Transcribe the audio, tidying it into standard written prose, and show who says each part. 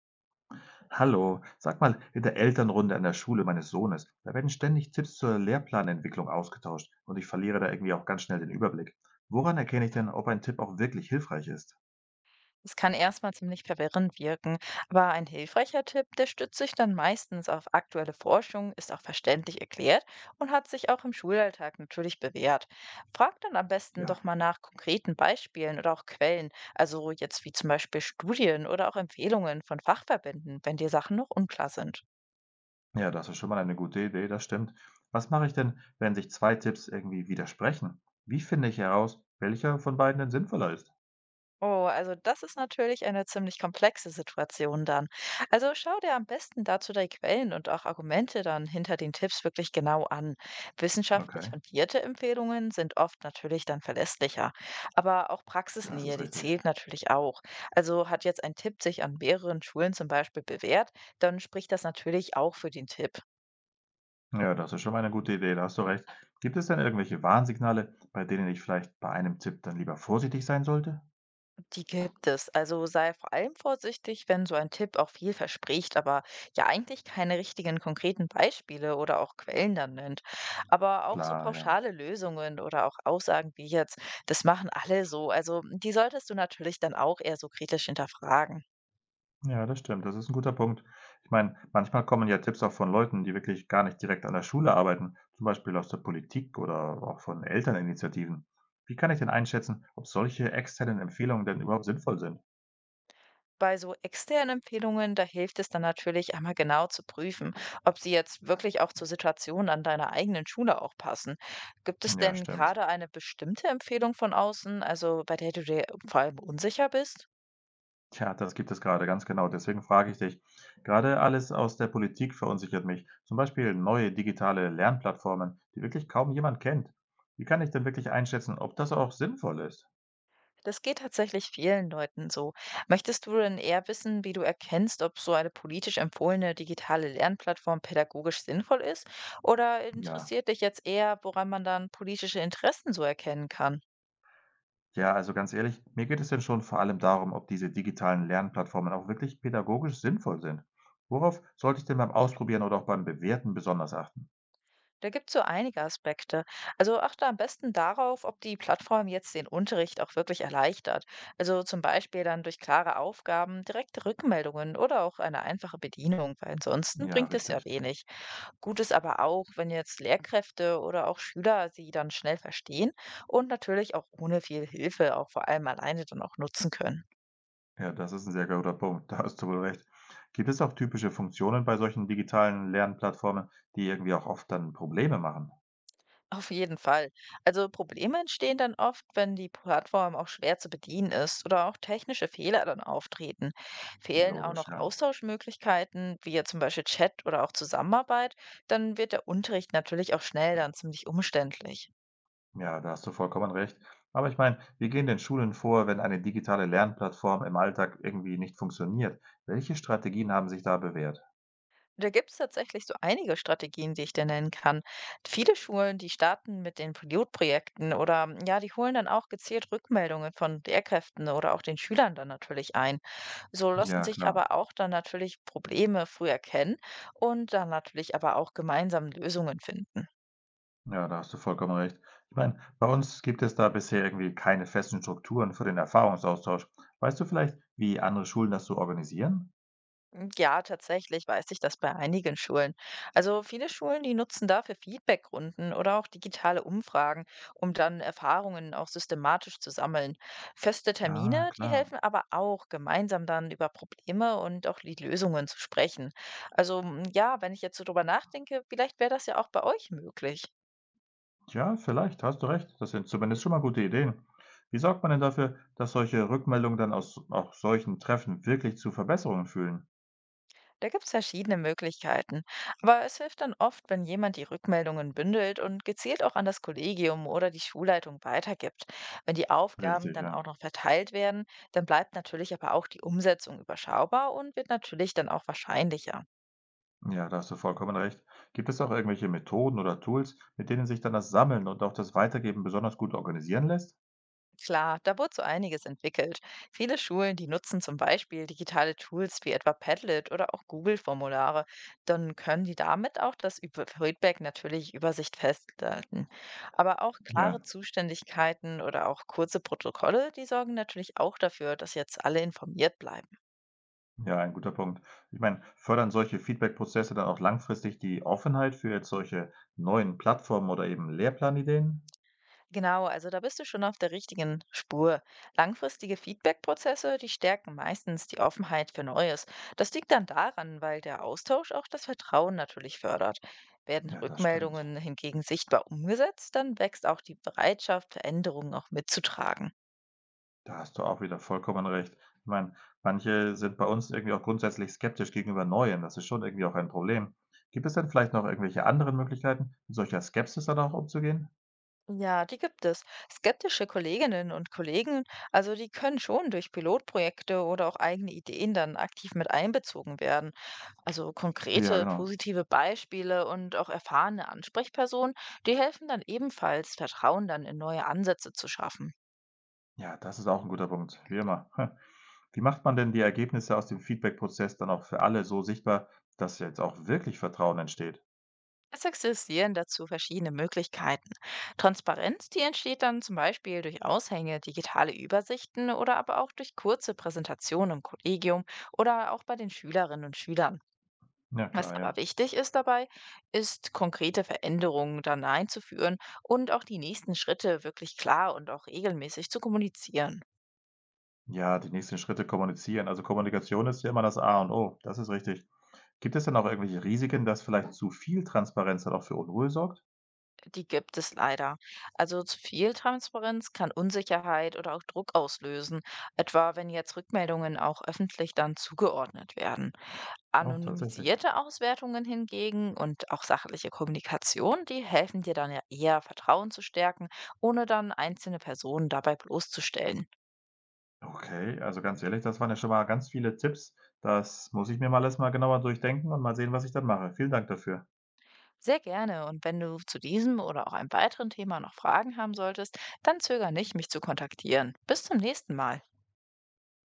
Speaker 1: Hallo, sag mal, in der Elternrunde an der Schule meines Sohnes, da werden ständig Tipps zur Lehrplanentwicklung ausgetauscht und ich verliere da irgendwie auch ganz schnell den Überblick. Woran erkenne ich denn, ob ein Tipp auch wirklich hilfreich ist?
Speaker 2: Das kann erstmal ziemlich verwirrend wirken, aber ein hilfreicher Tipp, der stützt sich dann meistens auf aktuelle Forschung, ist auch verständlich erklärt und hat sich auch im Schulalltag natürlich bewährt. Frag dann am besten doch
Speaker 1: Ja,
Speaker 2: mal nach konkreten Beispielen oder auch Quellen, also jetzt wie zum Beispiel Studien oder auch Empfehlungen von Fachverbänden, wenn dir Sachen noch unklar sind.
Speaker 1: ja, das ist schon mal eine gute Idee, das stimmt. Was mache ich denn, wenn sich zwei Tipps irgendwie widersprechen? Wie finde ich heraus, welcher von beiden denn sinnvoller ist?
Speaker 2: Oh, also das ist natürlich eine ziemlich komplexe Situation dann. Also schau dir am besten dazu die Quellen und auch Argumente dann hinter den Tipps wirklich genau an. Wissenschaftlich
Speaker 1: Okay,
Speaker 2: fundierte Empfehlungen sind oft natürlich dann verlässlicher, aber auch
Speaker 1: das
Speaker 2: Praxisnähe,
Speaker 1: ist
Speaker 2: die
Speaker 1: richtig.
Speaker 2: zählt natürlich auch. Also hat jetzt ein Tipp sich an mehreren Schulen zum Beispiel bewährt, dann spricht das natürlich auch für den Tipp.
Speaker 1: Ja, das ist schon mal eine gute Idee, da hast du recht. Gibt es denn irgendwelche Warnsignale, bei denen ich vielleicht bei einem Tipp dann lieber vorsichtig sein sollte?
Speaker 2: Die gibt es. Also sei vor allem vorsichtig, wenn so ein Tipp auch viel verspricht, aber ja eigentlich keine richtigen konkreten Beispiele oder auch Quellen dann nennt. Aber auch so
Speaker 1: Klar, ja.
Speaker 2: pauschale Lösungen oder auch Aussagen wie jetzt, das machen alle so. Also die solltest du natürlich dann auch eher so kritisch hinterfragen.
Speaker 1: Ja, das stimmt. Das ist 'n guter Punkt. Ich meine, manchmal kommen ja Tipps auch von Leuten, die wirklich gar nicht direkt an der Schule arbeiten, zum Beispiel aus der Politik oder auch von Elterninitiativen. Wie kann ich denn einschätzen, ob solche externen Empfehlungen denn überhaupt sinnvoll sind?
Speaker 2: Bei so externen Empfehlungen, da hilft es dann natürlich einmal genau zu prüfen, ob sie jetzt wirklich auch zur Situation an deiner eigenen Schule auch passen. Gibt es
Speaker 1: Ja,
Speaker 2: denn
Speaker 1: stimmt.
Speaker 2: gerade eine bestimmte Empfehlung von außen, also bei der du dir vor allem unsicher bist?
Speaker 1: Tja, das gibt es gerade, ganz genau. Deswegen frage ich dich. Gerade alles aus der Politik verunsichert mich. Zum Beispiel neue digitale Lernplattformen, die wirklich kaum jemand kennt. Wie kann ich denn wirklich einschätzen, ob das auch sinnvoll ist?
Speaker 2: Das geht tatsächlich vielen Leuten so. Möchtest du denn eher wissen, wie du erkennst, ob so eine politisch empfohlene digitale Lernplattform pädagogisch sinnvoll ist? Oder
Speaker 1: Ja.
Speaker 2: interessiert dich jetzt eher, woran man dann politische Interessen so erkennen kann?
Speaker 1: Ja, also ganz ehrlich, mir geht es denn schon vor allem darum, ob diese digitalen Lernplattformen auch wirklich pädagogisch sinnvoll sind. Worauf sollte ich denn beim Ausprobieren oder auch beim Bewerten besonders achten?
Speaker 2: Da gibt's so einige Aspekte. Also achte am besten darauf, ob die Plattform jetzt den Unterricht auch wirklich erleichtert. Also zum Beispiel dann durch klare Aufgaben, direkte Rückmeldungen oder auch eine einfache Bedienung, weil ansonsten
Speaker 1: Ja,
Speaker 2: bringt es ja
Speaker 1: richtig.
Speaker 2: wenig. Gut ist aber auch, wenn jetzt Lehrkräfte oder auch Schüler sie dann schnell verstehen und natürlich auch ohne viel Hilfe auch vor allem alleine dann auch nutzen können.
Speaker 1: Ja, das ist ein sehr guter Punkt. Da hast du wohl recht. Gibt es auch typische Funktionen bei solchen digitalen Lernplattformen, die irgendwie auch oft dann Probleme machen?
Speaker 2: Auf jeden Fall. Also Probleme entstehen dann oft, wenn die Plattform auch schwer zu bedienen ist oder auch technische Fehler dann auftreten. Fehlen auch
Speaker 1: Logisch,
Speaker 2: noch
Speaker 1: ja.
Speaker 2: Austauschmöglichkeiten, wie ja zum Beispiel Chat oder auch Zusammenarbeit, dann wird der Unterricht natürlich auch schnell dann ziemlich umständlich.
Speaker 1: Ja, da hast du vollkommen recht. Aber ich meine, wie gehen denn Schulen vor, wenn eine digitale Lernplattform im Alltag irgendwie nicht funktioniert? Welche Strategien haben sich da bewährt?
Speaker 2: Da gibt es tatsächlich so einige Strategien, die ich dir nennen kann. Viele Schulen, die starten mit den Pilotprojekten oder ja, die holen dann auch gezielt Rückmeldungen von Lehrkräften oder auch den Schülern dann natürlich ein. So lassen
Speaker 1: Ja,
Speaker 2: sich
Speaker 1: klar.
Speaker 2: aber auch dann natürlich Probleme früh erkennen und dann natürlich aber auch gemeinsam Lösungen finden.
Speaker 1: Ja, da hast du vollkommen recht. Ich meine, bei uns gibt es da bisher irgendwie keine festen Strukturen für den Erfahrungsaustausch. Weißt du vielleicht, wie andere Schulen das so organisieren?
Speaker 2: Hm, ja, tatsächlich weiß ich das bei einigen Schulen. Also viele Schulen, die nutzen dafür Feedbackrunden oder auch digitale Umfragen, um dann Erfahrungen auch systematisch zu sammeln. Feste
Speaker 1: Ah,
Speaker 2: Termine, die
Speaker 1: klar.
Speaker 2: helfen aber auch, gemeinsam dann über Probleme und auch die Lösungen zu sprechen. Also ja, wenn ich jetzt so drüber nachdenke, vielleicht wäre das ja auch bei euch möglich.
Speaker 1: Ja, vielleicht, hast du recht. Das sind zumindest schon mal gute Ideen. Wie sorgt man denn dafür, dass solche Rückmeldungen dann aus auch solchen Treffen wirklich zu Verbesserungen führen?
Speaker 2: Da gibt es verschiedene Möglichkeiten. Aber es hilft dann oft, wenn jemand die Rückmeldungen bündelt und gezielt auch an das Kollegium oder die Schulleitung weitergibt. Wenn die Aufgaben
Speaker 1: Richtig,
Speaker 2: dann
Speaker 1: ja.
Speaker 2: auch noch verteilt werden, dann bleibt natürlich aber auch die Umsetzung überschaubar und wird natürlich dann auch wahrscheinlicher.
Speaker 1: Ja, da hast du vollkommen recht. Gibt es auch irgendwelche Methoden oder Tools, mit denen sich dann das Sammeln und auch das Weitergeben besonders gut organisieren lässt?
Speaker 2: Klar, da wurde so einiges entwickelt. Viele Schulen, die nutzen zum Beispiel digitale Tools wie etwa Padlet oder auch Google-Formulare. Dann können die damit auch das Feedback natürlich Übersicht festhalten. Aber auch klare
Speaker 1: Ja,
Speaker 2: Zuständigkeiten oder auch kurze Protokolle, die sorgen natürlich auch dafür, dass jetzt alle informiert bleiben.
Speaker 1: ja, ein guter Punkt. Ich meine, fördern solche Feedback-Prozesse dann auch langfristig die Offenheit für jetzt solche neuen Plattformen oder eben Lehrplanideen?
Speaker 2: Genau, also da bist du schon auf der richtigen Spur. Langfristige Feedback-Prozesse, die stärken meistens die Offenheit für Neues. Das liegt dann daran, weil der Austausch auch das Vertrauen natürlich fördert. Werden
Speaker 1: Ja, das stimmt.
Speaker 2: Rückmeldungen hingegen sichtbar umgesetzt, dann wächst auch die Bereitschaft, Veränderungen auch mitzutragen.
Speaker 1: Da hast du auch wieder vollkommen recht. Ich meine, manche sind bei uns irgendwie auch grundsätzlich skeptisch gegenüber Neuen. Das ist schon irgendwie auch ein Problem. Gibt es denn vielleicht noch irgendwelche anderen Möglichkeiten, mit solcher Skepsis dann auch umzugehen?
Speaker 2: Ja, die gibt es. Skeptische Kolleginnen und Kollegen, also die können schon durch Pilotprojekte oder auch eigene Ideen dann aktiv mit einbezogen werden. Also
Speaker 1: Ja,
Speaker 2: konkrete
Speaker 1: genau.
Speaker 2: positive Beispiele und auch erfahrene Ansprechpersonen, die helfen dann ebenfalls, Vertrauen dann in neue Ansätze zu schaffen.
Speaker 1: Ja, das ist auch ein guter Punkt, wie immer. Wie macht man denn die Ergebnisse aus dem Feedback-Prozess dann auch für alle so sichtbar, dass jetzt auch wirklich Vertrauen entsteht?
Speaker 2: Es existieren dazu verschiedene Möglichkeiten. Transparenz, die entsteht dann zum Beispiel durch Aushänge, digitale Übersichten oder aber auch durch kurze Präsentationen im Kollegium oder auch bei den Schülerinnen und Schülern.
Speaker 1: Ja
Speaker 2: Was
Speaker 1: klar,
Speaker 2: aber
Speaker 1: ja.
Speaker 2: wichtig ist dabei, ist, konkrete Veränderungen dann einzuführen und auch die nächsten Schritte wirklich klar und auch regelmäßig zu kommunizieren.
Speaker 1: Ja, die nächsten Schritte kommunizieren. Also, Kommunikation ist ja immer das A und O. Das ist richtig. Gibt es denn auch irgendwelche Risiken, dass vielleicht zu viel Transparenz dann auch für Unruhe sorgt?
Speaker 2: Die gibt es leider. Also zu viel Transparenz kann Unsicherheit oder auch Druck auslösen, etwa wenn jetzt Rückmeldungen auch öffentlich dann zugeordnet werden.
Speaker 1: Oh, tatsächlich.
Speaker 2: Anonymisierte Auswertungen hingegen und auch sachliche Kommunikation, die helfen dir dann ja eher, Vertrauen zu stärken, ohne dann einzelne Personen dabei bloßzustellen.
Speaker 1: Okay, also, ganz ehrlich, das waren ja schon mal ganz viele Tipps. Das muss ich mir mal erst mal genauer durchdenken und mal sehen, was ich dann mache. Vielen Dank dafür.
Speaker 2: Sehr gerne. Und wenn du zu diesem oder auch einem weiteren Thema noch Fragen haben solltest, dann zöger nicht, mich zu kontaktieren. Bis zum nächsten Mal.